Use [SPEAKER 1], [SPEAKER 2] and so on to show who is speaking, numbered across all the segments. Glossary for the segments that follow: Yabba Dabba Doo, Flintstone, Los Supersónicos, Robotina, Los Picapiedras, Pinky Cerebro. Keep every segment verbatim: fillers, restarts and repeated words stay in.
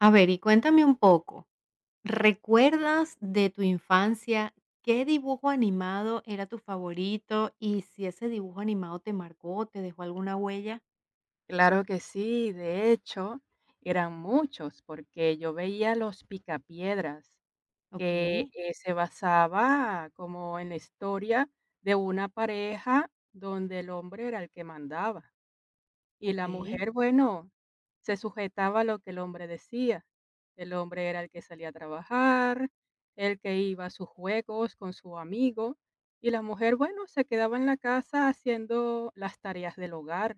[SPEAKER 1] A ver, y cuéntame un poco, ¿recuerdas de tu infancia qué dibujo animado era tu favorito y si ese dibujo animado te marcó, te dejó alguna huella?
[SPEAKER 2] Claro que sí, de hecho, eran muchos, porque yo veía Los Picapiedras, que,
[SPEAKER 1] Okey,
[SPEAKER 2] eh, se basaba como en la historia de una pareja donde el hombre era el que mandaba, y la
[SPEAKER 1] okey,
[SPEAKER 2] mujer, bueno, se sujetaba a lo que el hombre decía. El hombre era el que salía a trabajar, el que iba a sus juegos con su amigo, y la mujer, bueno, se quedaba en la casa haciendo las tareas del hogar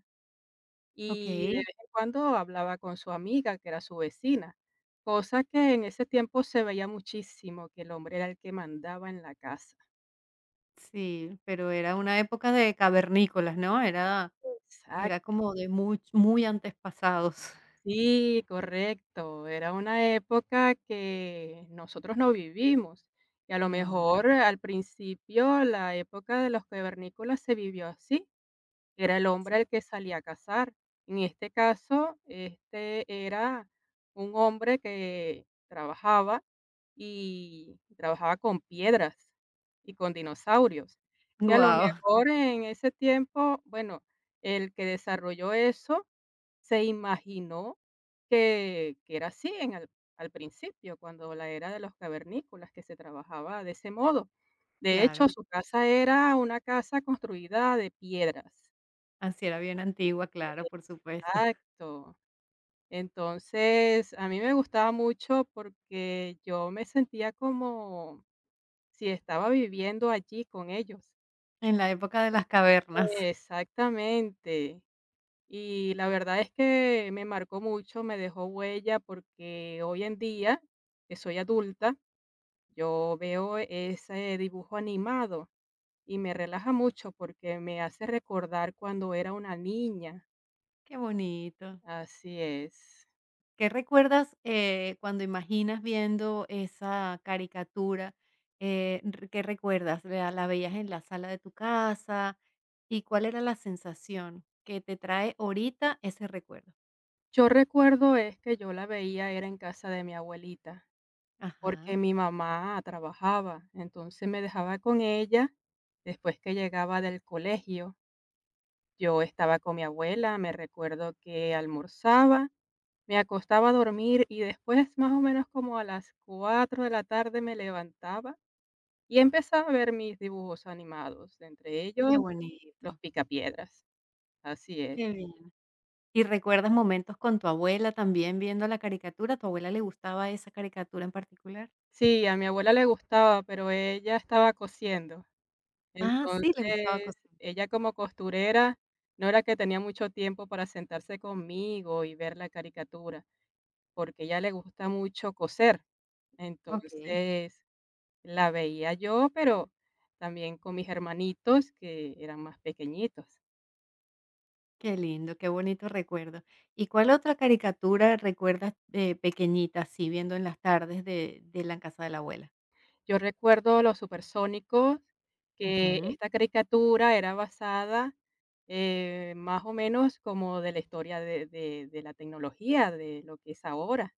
[SPEAKER 2] y de
[SPEAKER 1] okey.
[SPEAKER 2] vez en cuando hablaba con su amiga, que era su vecina, cosa que en ese tiempo se veía muchísimo, que el hombre era el que mandaba en la casa.
[SPEAKER 1] Sí, pero era una época de cavernícolas, ¿no? Era era
[SPEAKER 2] Exacto,
[SPEAKER 1] como de muy muy antepasados.
[SPEAKER 2] sí, correcto. Era una época que nosotros no vivimos. Y a lo
[SPEAKER 1] No,
[SPEAKER 2] mejor al principio la época de los cavernícolas se vivió así. Era el
[SPEAKER 1] sí.
[SPEAKER 2] hombre el que salía a cazar. En este caso, este era un hombre que trabajaba y trabajaba con piedras y con dinosaurios. Y a lo
[SPEAKER 1] Guau,
[SPEAKER 2] mejor en ese tiempo, bueno, el que desarrolló eso se imaginó que, que era así en al, al principio, cuando la era de los cavernícolas, que se trabajaba de ese modo. De hecho,
[SPEAKER 1] claro.
[SPEAKER 2] su casa era una casa construida de piedras.
[SPEAKER 1] Así era bien antigua, claro, por supuesto.
[SPEAKER 2] Exacto. Entonces, a mí me gustaba mucho porque yo me sentía como si estaba viviendo allí con ellos.
[SPEAKER 1] En la época de las cavernas.
[SPEAKER 2] Exactamente. Y la verdad es que me marcó mucho, me dejó huella porque hoy en día, que soy adulta, yo veo ese dibujo animado y me relaja mucho porque me hace recordar cuando era una niña.
[SPEAKER 1] Qué bonito.
[SPEAKER 2] Así es.
[SPEAKER 1] ¿Qué recuerdas, eh, cuando imaginas viendo esa caricatura? Eh, r ¿Qué recuerdas? ¿La la veías en la sala de tu casa? ¿Y cuál era la sensación que te trae ahorita ese recuerdo?
[SPEAKER 2] Yo recuerdo es que yo la veía era en casa de mi abuelita,
[SPEAKER 1] Ajá,
[SPEAKER 2] porque mi mamá trabajaba, entonces me dejaba con ella. Después que llegaba del colegio, yo estaba con mi abuela, me recuerdo que almorzaba, me acostaba a dormir y después más o menos como a las cuatro de la tarde me levantaba y empezaba a ver mis dibujos animados, entre
[SPEAKER 1] qué
[SPEAKER 2] ellos los
[SPEAKER 1] bonito,
[SPEAKER 2] picapiedras. Así es.
[SPEAKER 1] qué bien. ¿Y recuerdas momentos con tu abuela también viendo la caricatura? ¿Tu abuela le gustaba esa caricatura en particular?
[SPEAKER 2] Sí, a mi abuela le gustaba, pero ella estaba cosiendo.
[SPEAKER 1] Ah, sí, le gustaba
[SPEAKER 2] Entonces,
[SPEAKER 1] cocinar.
[SPEAKER 2] ella como costurera, no era que tenía mucho tiempo para sentarse conmigo y ver la caricatura, porque a ella le gusta mucho coser.
[SPEAKER 1] Okey.
[SPEAKER 2] Entonces, la veía yo, pero también con mis hermanitos que eran más pequeñitos.
[SPEAKER 1] Qué lindo, qué bonito recuerdo. ¿Y cuál otra caricatura recuerdas de pequeñita, así viendo en las tardes de de la casa de la abuela?
[SPEAKER 2] Yo recuerdo Los Supersónicos, que
[SPEAKER 1] Wow,
[SPEAKER 2] esta caricatura era basada eh, más o menos como de la historia de, de de la tecnología, de lo que es ahora.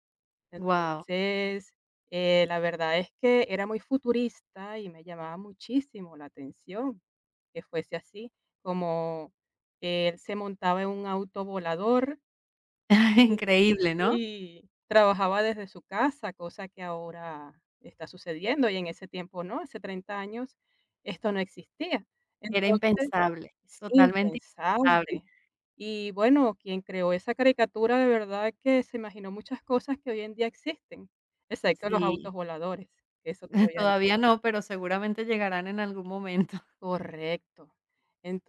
[SPEAKER 2] Entonces, eh, la verdad es que era muy futurista y me llamaba muchísimo la atención que fuese así, como que él se montaba en un auto volador y,
[SPEAKER 1] increíble, ¿no?
[SPEAKER 2] y trabajaba desde su casa, cosa que ahora está sucediendo y en ese tiempo no, hace treinta años esto no existía.
[SPEAKER 1] Era
[SPEAKER 2] Entonces,
[SPEAKER 1] impensable,
[SPEAKER 2] es
[SPEAKER 1] totalmente impensable.
[SPEAKER 2] impensable. Y bueno, quien creó esa caricatura de verdad que se imaginó muchas cosas que hoy en día existen, excepto los autos
[SPEAKER 1] Sí,
[SPEAKER 2] voladores, que eso todavía no.
[SPEAKER 1] todavía no, pero seguramente llegarán en algún momento.
[SPEAKER 2] Correcto.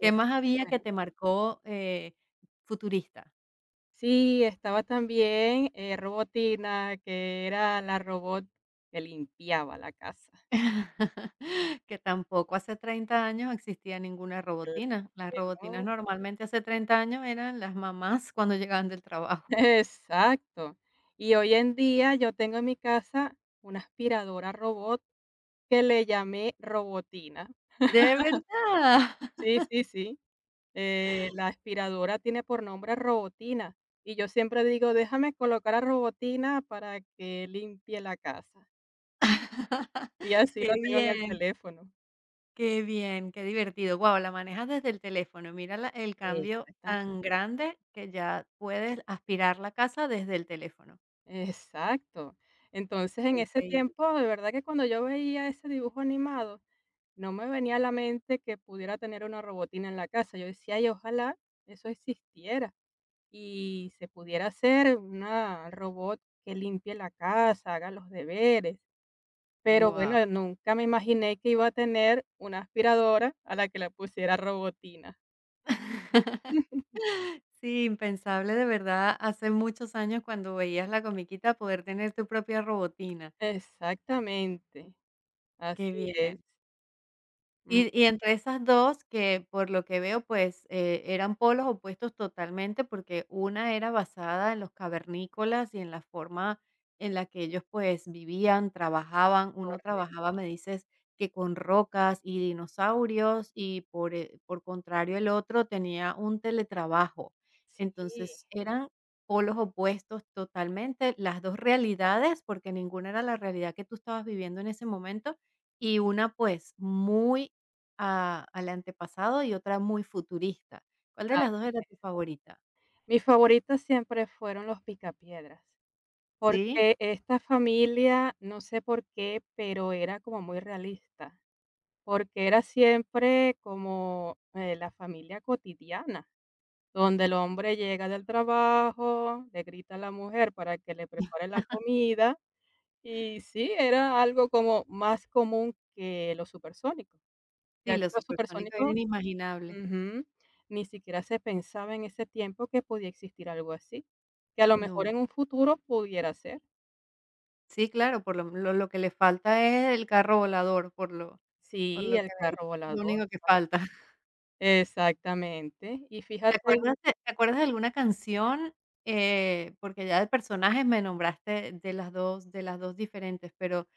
[SPEAKER 1] ¿Qué más había que
[SPEAKER 2] bueno,
[SPEAKER 1] te marcó, eh, futurista?
[SPEAKER 2] sí, estaba también eh, Robotina, que era la robot que limpiaba la casa.
[SPEAKER 1] Que tampoco hace treinta años existía ninguna
[SPEAKER 2] Claro.
[SPEAKER 1] robotina. Las
[SPEAKER 2] que
[SPEAKER 1] robotinas
[SPEAKER 2] no-
[SPEAKER 1] normalmente hace treinta años eran las mamás cuando llegaban del trabajo.
[SPEAKER 2] Exacto. Y hoy en día yo tengo en mi casa una aspiradora robot que le llamé Robotina.
[SPEAKER 1] ¿De verdad?
[SPEAKER 2] Sí, sí, sí. Eh, la aspiradora tiene por nombre Robotina, y yo siempre digo: "Déjame colocar a Robotina para que limpie la casa", y así
[SPEAKER 1] Qué
[SPEAKER 2] la tengo en el
[SPEAKER 1] bien,
[SPEAKER 2] teléfono.
[SPEAKER 1] qué bien, qué divertido. Guau, la manejas desde el teléfono. Mira la el cambio
[SPEAKER 2] Exactamente.
[SPEAKER 1] tan grande que ya puedes aspirar la casa desde el teléfono.
[SPEAKER 2] Exacto. Entonces, en ese
[SPEAKER 1] Increíble.
[SPEAKER 2] tiempo, de verdad que cuando yo veía ese dibujo animado, no me venía a la mente que pudiera tener una robotina en la casa. Yo decía: "Ay, ojalá eso existiera y se pudiera hacer una robot que limpie la casa, haga los deberes". Pero
[SPEAKER 1] Guau.
[SPEAKER 2] bueno, nunca me imaginé que iba a tener una aspiradora a la que le pusiera robotina.
[SPEAKER 1] Sí, impensable de verdad hace muchos años cuando veías la comiquita poder tener tu propia robotina.
[SPEAKER 2] Exactamente, así
[SPEAKER 1] Qué
[SPEAKER 2] es,
[SPEAKER 1] bien.
[SPEAKER 2] mm,
[SPEAKER 1] Y y entre esas dos que, por lo que veo, pues, eh, eran polos opuestos totalmente, porque una era basada en los cavernícolas y en la forma en la que ellos, pues, vivían, trabajaban. Uno
[SPEAKER 2] correcto,
[SPEAKER 1] trabajaba, me dices, que con rocas y dinosaurios, y por, eh, por contrario, el otro tenía un teletrabajo.
[SPEAKER 2] sí.
[SPEAKER 1] Entonces, eran polos opuestos totalmente, las dos realidades, porque ninguna era la realidad que tú estabas viviendo en ese momento, y una, pues, muy a al antepasado y otra muy futurista. ¿Cuál de
[SPEAKER 2] Ah,
[SPEAKER 1] las dos era tu favorita?
[SPEAKER 2] mis favoritas siempre fueron los picapiedras,
[SPEAKER 1] ¿Sí?
[SPEAKER 2] porque esta familia, no sé por qué, pero era como muy realista, porque era siempre como, eh, la familia cotidiana, donde el hombre llega del trabajo, le grita a la mujer para que le prepare la comida. Y sí, era algo como más común que los supersónicos,
[SPEAKER 1] Sí,
[SPEAKER 2] ya que
[SPEAKER 1] los
[SPEAKER 2] los
[SPEAKER 1] supersónicos era
[SPEAKER 2] supersónicos,
[SPEAKER 1] inimaginable.
[SPEAKER 2] ujú, ni siquiera se pensaba en ese tiempo que podía existir algo así, que a lo mejor
[SPEAKER 1] No.
[SPEAKER 2] en un futuro pudiera ser.
[SPEAKER 1] Sí, claro, por lo lo lo que le falta es el carro volador, por lo por
[SPEAKER 2] Sí,
[SPEAKER 1] lo que
[SPEAKER 2] el
[SPEAKER 1] me dices,
[SPEAKER 2] carro
[SPEAKER 1] lo
[SPEAKER 2] volador.
[SPEAKER 1] único que falta.
[SPEAKER 2] Exactamente. Y
[SPEAKER 1] ¿Te
[SPEAKER 2] fíjate,
[SPEAKER 1] acuerdas de te acuerdas de alguna canción? Eh, porque ya de personajes me nombraste de las dos de las dos diferentes, pero,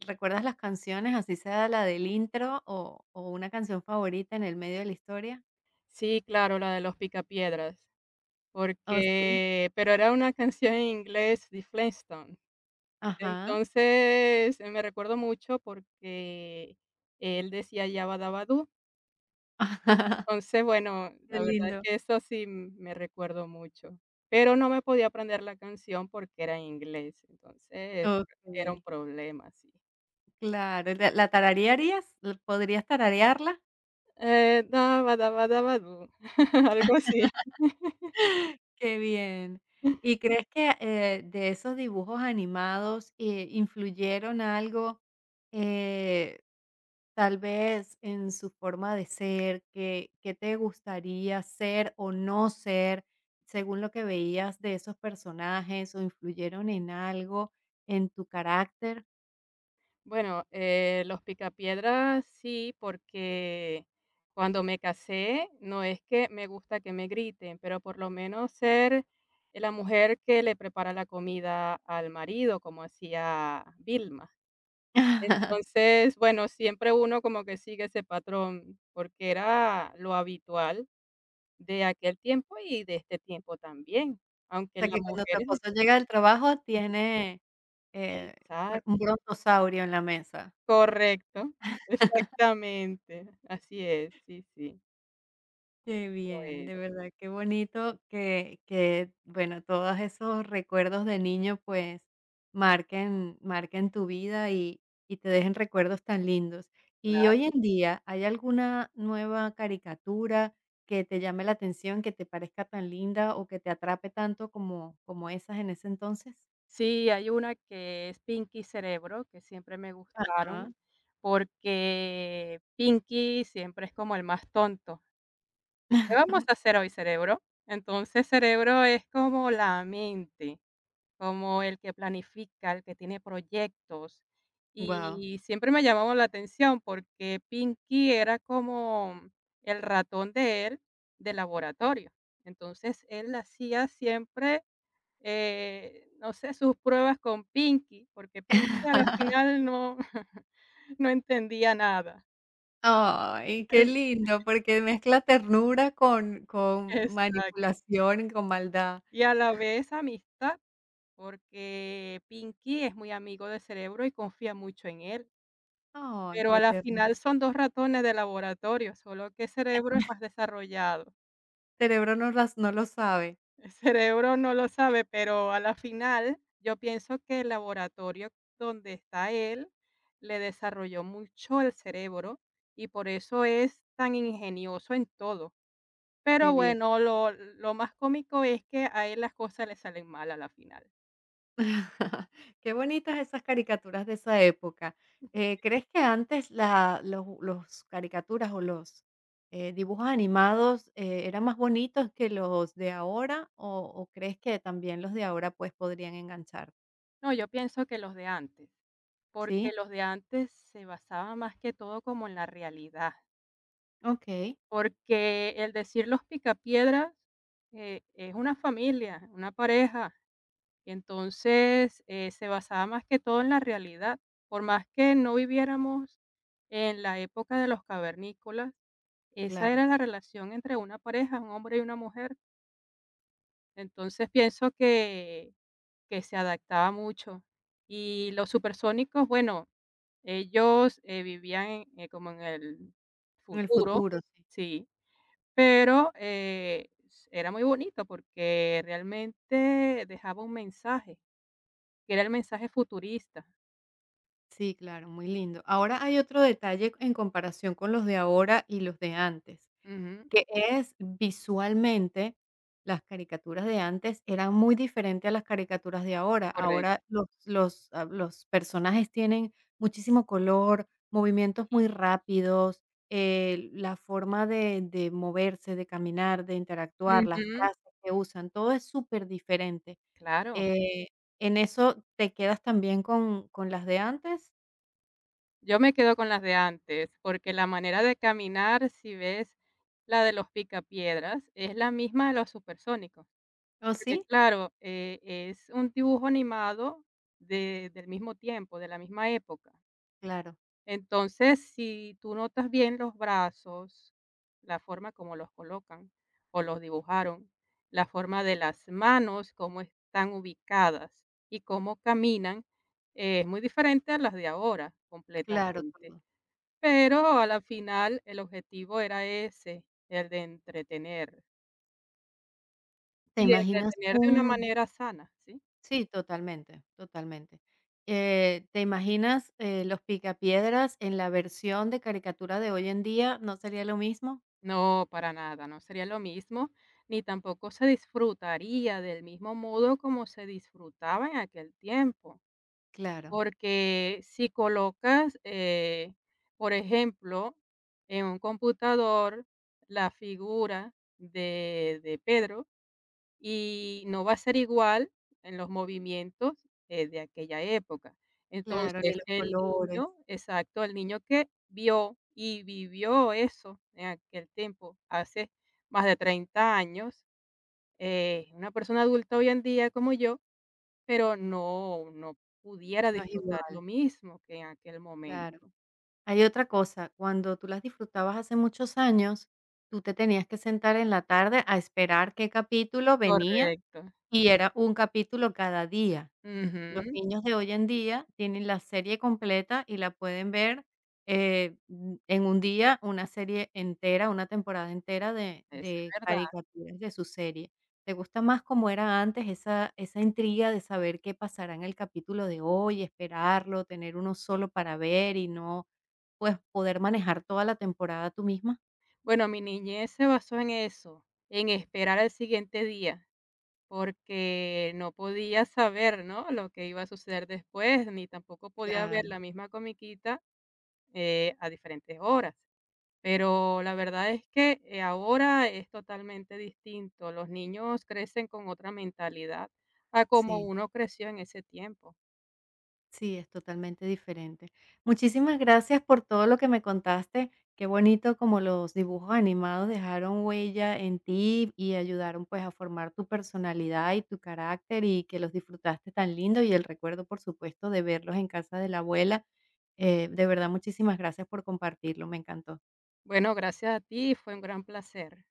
[SPEAKER 1] ¿recuerdas las canciones, así sea la del intro o o una canción favorita en el medio de la historia?
[SPEAKER 2] sí, claro, la de los picapiedras,
[SPEAKER 1] Oh, sí.
[SPEAKER 2] porque pero era una canción en inglés de Flintstone.
[SPEAKER 1] Ajá.
[SPEAKER 2] Entonces, eh, me recuerdo mucho porque él decía Yabba Dabba Doo. Entonces, bueno,
[SPEAKER 1] Qué
[SPEAKER 2] la verdad es
[SPEAKER 1] lindo.
[SPEAKER 2] que eso sí m- me recuerdo mucho, pero no me podía aprender la canción porque era en inglés, entonces era un
[SPEAKER 1] Okey,
[SPEAKER 2] problema, sí.
[SPEAKER 1] claro, ¿la la tararearías? ¿L ¿Podrías tararearla?
[SPEAKER 2] Eh, daba, daba, daba, du, algo así.
[SPEAKER 1] Qué bien. ¿Y crees que, eh, de esos dibujos animados, eh, influyeron algo, eh, tal vez en su forma de ser? ¿Qué qué te gustaría ser o no ser según lo que veías de esos personajes, o influyeron en algo en tu carácter?
[SPEAKER 2] Bueno, eh, Los Picapiedra sí, porque cuando me casé, no es que me gusta que me griten, pero por lo menos ser la mujer que le prepara la comida al marido, como hacía Vilma. Entonces, bueno, siempre uno como que sigue ese patrón, porque era lo habitual de aquel tiempo y de este tiempo también, aunque
[SPEAKER 1] Sea,
[SPEAKER 2] las
[SPEAKER 1] que cuando tu
[SPEAKER 2] mujeres
[SPEAKER 1] esposo llega del trabajo tiene, eh, br un
[SPEAKER 2] exacto,
[SPEAKER 1] brontosaurio en la mesa.
[SPEAKER 2] correcto, exactamente, así es, sí, sí,
[SPEAKER 1] Qué
[SPEAKER 2] lo
[SPEAKER 1] bien,
[SPEAKER 2] es.
[SPEAKER 1] de verdad, qué bonito que que, bueno, todos esos recuerdos de niño, pues, marquen marquen tu vida y y te dejen recuerdos tan lindos. Y
[SPEAKER 2] Claro.
[SPEAKER 1] hoy en día, ¿hay alguna nueva caricatura que te llame la atención, que te parezca tan linda o que te atrape tanto como como esas en ese entonces?
[SPEAKER 2] Sí, hay una que es Pinky Cerebro, que siempre me gustaron,
[SPEAKER 1] Ajá,
[SPEAKER 2] porque Pinky siempre es como el más tonto. ¿Qué vamos a hacer hoy, cerebro? Entonces, cerebro es como la mente, como el que planifica, el que tiene proyectos.
[SPEAKER 1] wow.
[SPEAKER 2] Y siempre me llamaba la atención porque Pinky era como el ratón de él de laboratorio. Entonces él hacía siempre, eh, no sé, sus pruebas con Pinky, porque Pinky a la final no, no entendía nada.
[SPEAKER 1] Ay, qué lindo, porque mezcla ternura con con
[SPEAKER 2] Exacto.
[SPEAKER 1] manipulación, con maldad.
[SPEAKER 2] Y a la vez amistad, porque Pinky es muy amigo de Cerebro y confía mucho en él.
[SPEAKER 1] Ay,
[SPEAKER 2] Pero a
[SPEAKER 1] qué
[SPEAKER 2] la
[SPEAKER 1] tierno.
[SPEAKER 2] final son dos ratones de laboratorio, solo que el cerebro es más desarrollado.
[SPEAKER 1] Cerebro no las no lo sabe.
[SPEAKER 2] El cerebro no lo sabe, pero a la final yo pienso que el laboratorio donde está él le desarrolló mucho el cerebro y por eso es tan ingenioso en todo.
[SPEAKER 1] Qué
[SPEAKER 2] Pero
[SPEAKER 1] bien.
[SPEAKER 2] bueno, lo lo más cómico es que a él las cosas le salen mal a la final.
[SPEAKER 1] Qué bonitas esas caricaturas de esa época. Eh, ¿crees que antes la los los caricaturas o los, eh, dibujos animados, eh, eran más bonitos que los de ahora? ¿O o crees que también los de ahora, pues, podrían enganchar?
[SPEAKER 2] No, yo pienso que los de antes, porque
[SPEAKER 1] Sí,
[SPEAKER 2] los de antes se basaban más que todo como en la realidad.
[SPEAKER 1] okey,
[SPEAKER 2] Porque el decir los picapiedras, eh, es una familia, una pareja. y Entonces, eh, se basaba más que todo en la realidad. Por más que no viviéramos en la época de los cavernícolas, esa
[SPEAKER 1] claro,
[SPEAKER 2] era la relación entre una pareja, un hombre y una mujer. Entonces pienso que, que se adaptaba mucho. Y los supersónicos, bueno, ellos eh, vivían en- eh, como en el
[SPEAKER 1] en el
[SPEAKER 2] futuro,
[SPEAKER 1] futuro. Sí.
[SPEAKER 2] sí, pero, eh, era muy bonito porque realmente dejaba un mensaje, que era el mensaje futurista.
[SPEAKER 1] Sí, claro, muy lindo. Ahora hay otro detalle en comparación con los de ahora y los de antes,
[SPEAKER 2] Ujú.
[SPEAKER 1] que es visualmente, las caricaturas de antes eran muy diferentes a las caricaturas de ahora.
[SPEAKER 2] Correcto.
[SPEAKER 1] Ahora los los, ah, los personajes tienen muchísimo color, movimientos muy rápidos, eh, la forma de de moverse, de caminar, de interactuar, las
[SPEAKER 2] Ujú,
[SPEAKER 1] frases que usan, todo es superdiferente.
[SPEAKER 2] claro.
[SPEAKER 1] Eh, ¿En eso te quedas también con con las de antes?
[SPEAKER 2] Yo me quedo con las de antes, porque la manera de caminar, si ves la de los Picapiedras, es la misma de los Supersónicos,
[SPEAKER 1] ¿O
[SPEAKER 2] porque
[SPEAKER 1] sí?
[SPEAKER 2] claro, eh, es un dibujo animado de del mismo tiempo, de la misma época.
[SPEAKER 1] Claro,
[SPEAKER 2] Entonces, si tú notas bien los brazos, la forma como los colocan o los dibujaron, la forma de las manos, cómo están ubicadas y cómo caminan, eh, es muy diferente a las de ahora
[SPEAKER 1] claro,
[SPEAKER 2] completamente.
[SPEAKER 1] claro.
[SPEAKER 2] Pero a la final el objetivo era ese, el de entretener
[SPEAKER 1] ¿Te
[SPEAKER 2] y de
[SPEAKER 1] imaginas
[SPEAKER 2] entretener de una
[SPEAKER 1] un
[SPEAKER 2] manera sana, ¿sí?
[SPEAKER 1] sí, totalmente, totalmente. Eh, ¿te imaginas, eh, los Picapiedras en la versión de caricatura de hoy en día? ¿No sería lo mismo?
[SPEAKER 2] No, para nada, no sería lo mismo, ni tampoco se disfrutaría del mismo modo como se disfrutaba en aquel tiempo,
[SPEAKER 1] Claro,
[SPEAKER 2] porque si colocas, eh, por ejemplo, en un computador la figura de, de Pedro, y no va a ser igual en los movimientos, eh, de aquella época.
[SPEAKER 1] claro, ni
[SPEAKER 2] Entonces,
[SPEAKER 1] los
[SPEAKER 2] el
[SPEAKER 1] colores,
[SPEAKER 2] niño exacto, el niño que vio y vivió eso en aquel tiempo, hace más de treinta años, eh, una persona adulta hoy en día como yo, pero no no pudiera
[SPEAKER 1] no es
[SPEAKER 2] disfrutar lo
[SPEAKER 1] igual,
[SPEAKER 2] mismo que en aquel
[SPEAKER 1] claro.
[SPEAKER 2] momento.
[SPEAKER 1] Hay otra cosa, cuando tú las disfrutabas hace muchos años, tú te tenías que sentar en la tarde a esperar qué capítulo venía,
[SPEAKER 2] Correcto.
[SPEAKER 1] y era un capítulo cada día. Los
[SPEAKER 2] Ujú,
[SPEAKER 1] niños de hoy en día tienen la serie completa y la pueden ver, eh, mm, en un día, una serie entera, una temporada entera de
[SPEAKER 2] es
[SPEAKER 1] de
[SPEAKER 2] verdad.
[SPEAKER 1] caricaturas de su serie. ¿Te gusta más como era antes esa esa intriga de saber qué pasará en el capítulo de hoy, esperarlo, tener uno solo para ver y no, pues, poder manejar toda la temporada tú misma?
[SPEAKER 2] Bueno, mi niñez se basó en eso, en esperar al siguiente día. Porque no podía saber, ¿no?, lo que iba a suceder después, ni tampoco podía ver
[SPEAKER 1] Claro,
[SPEAKER 2] la misma comiquita, eh, a diferentes horas. Pero la verdad es que, eh, ahora es totalmente distinto. Los niños crecen con otra mentalidad a como
[SPEAKER 1] sí.
[SPEAKER 2] uno creció en ese tiempo.
[SPEAKER 1] Sí, es totalmente diferente. Muchísimas gracias por todo lo que me contaste. Qué bonito como los dibujos animados dejaron huella en ti y ayudaron pues a formar tu personalidad y tu carácter y que los disfrutaste tan lindo y el recuerdo por supuesto de verlos en casa de la abuela. Eh, de verdad, muchísimas gracias por compartirlo, me encantó.
[SPEAKER 2] Bueno, gracias a ti, fue un gran placer.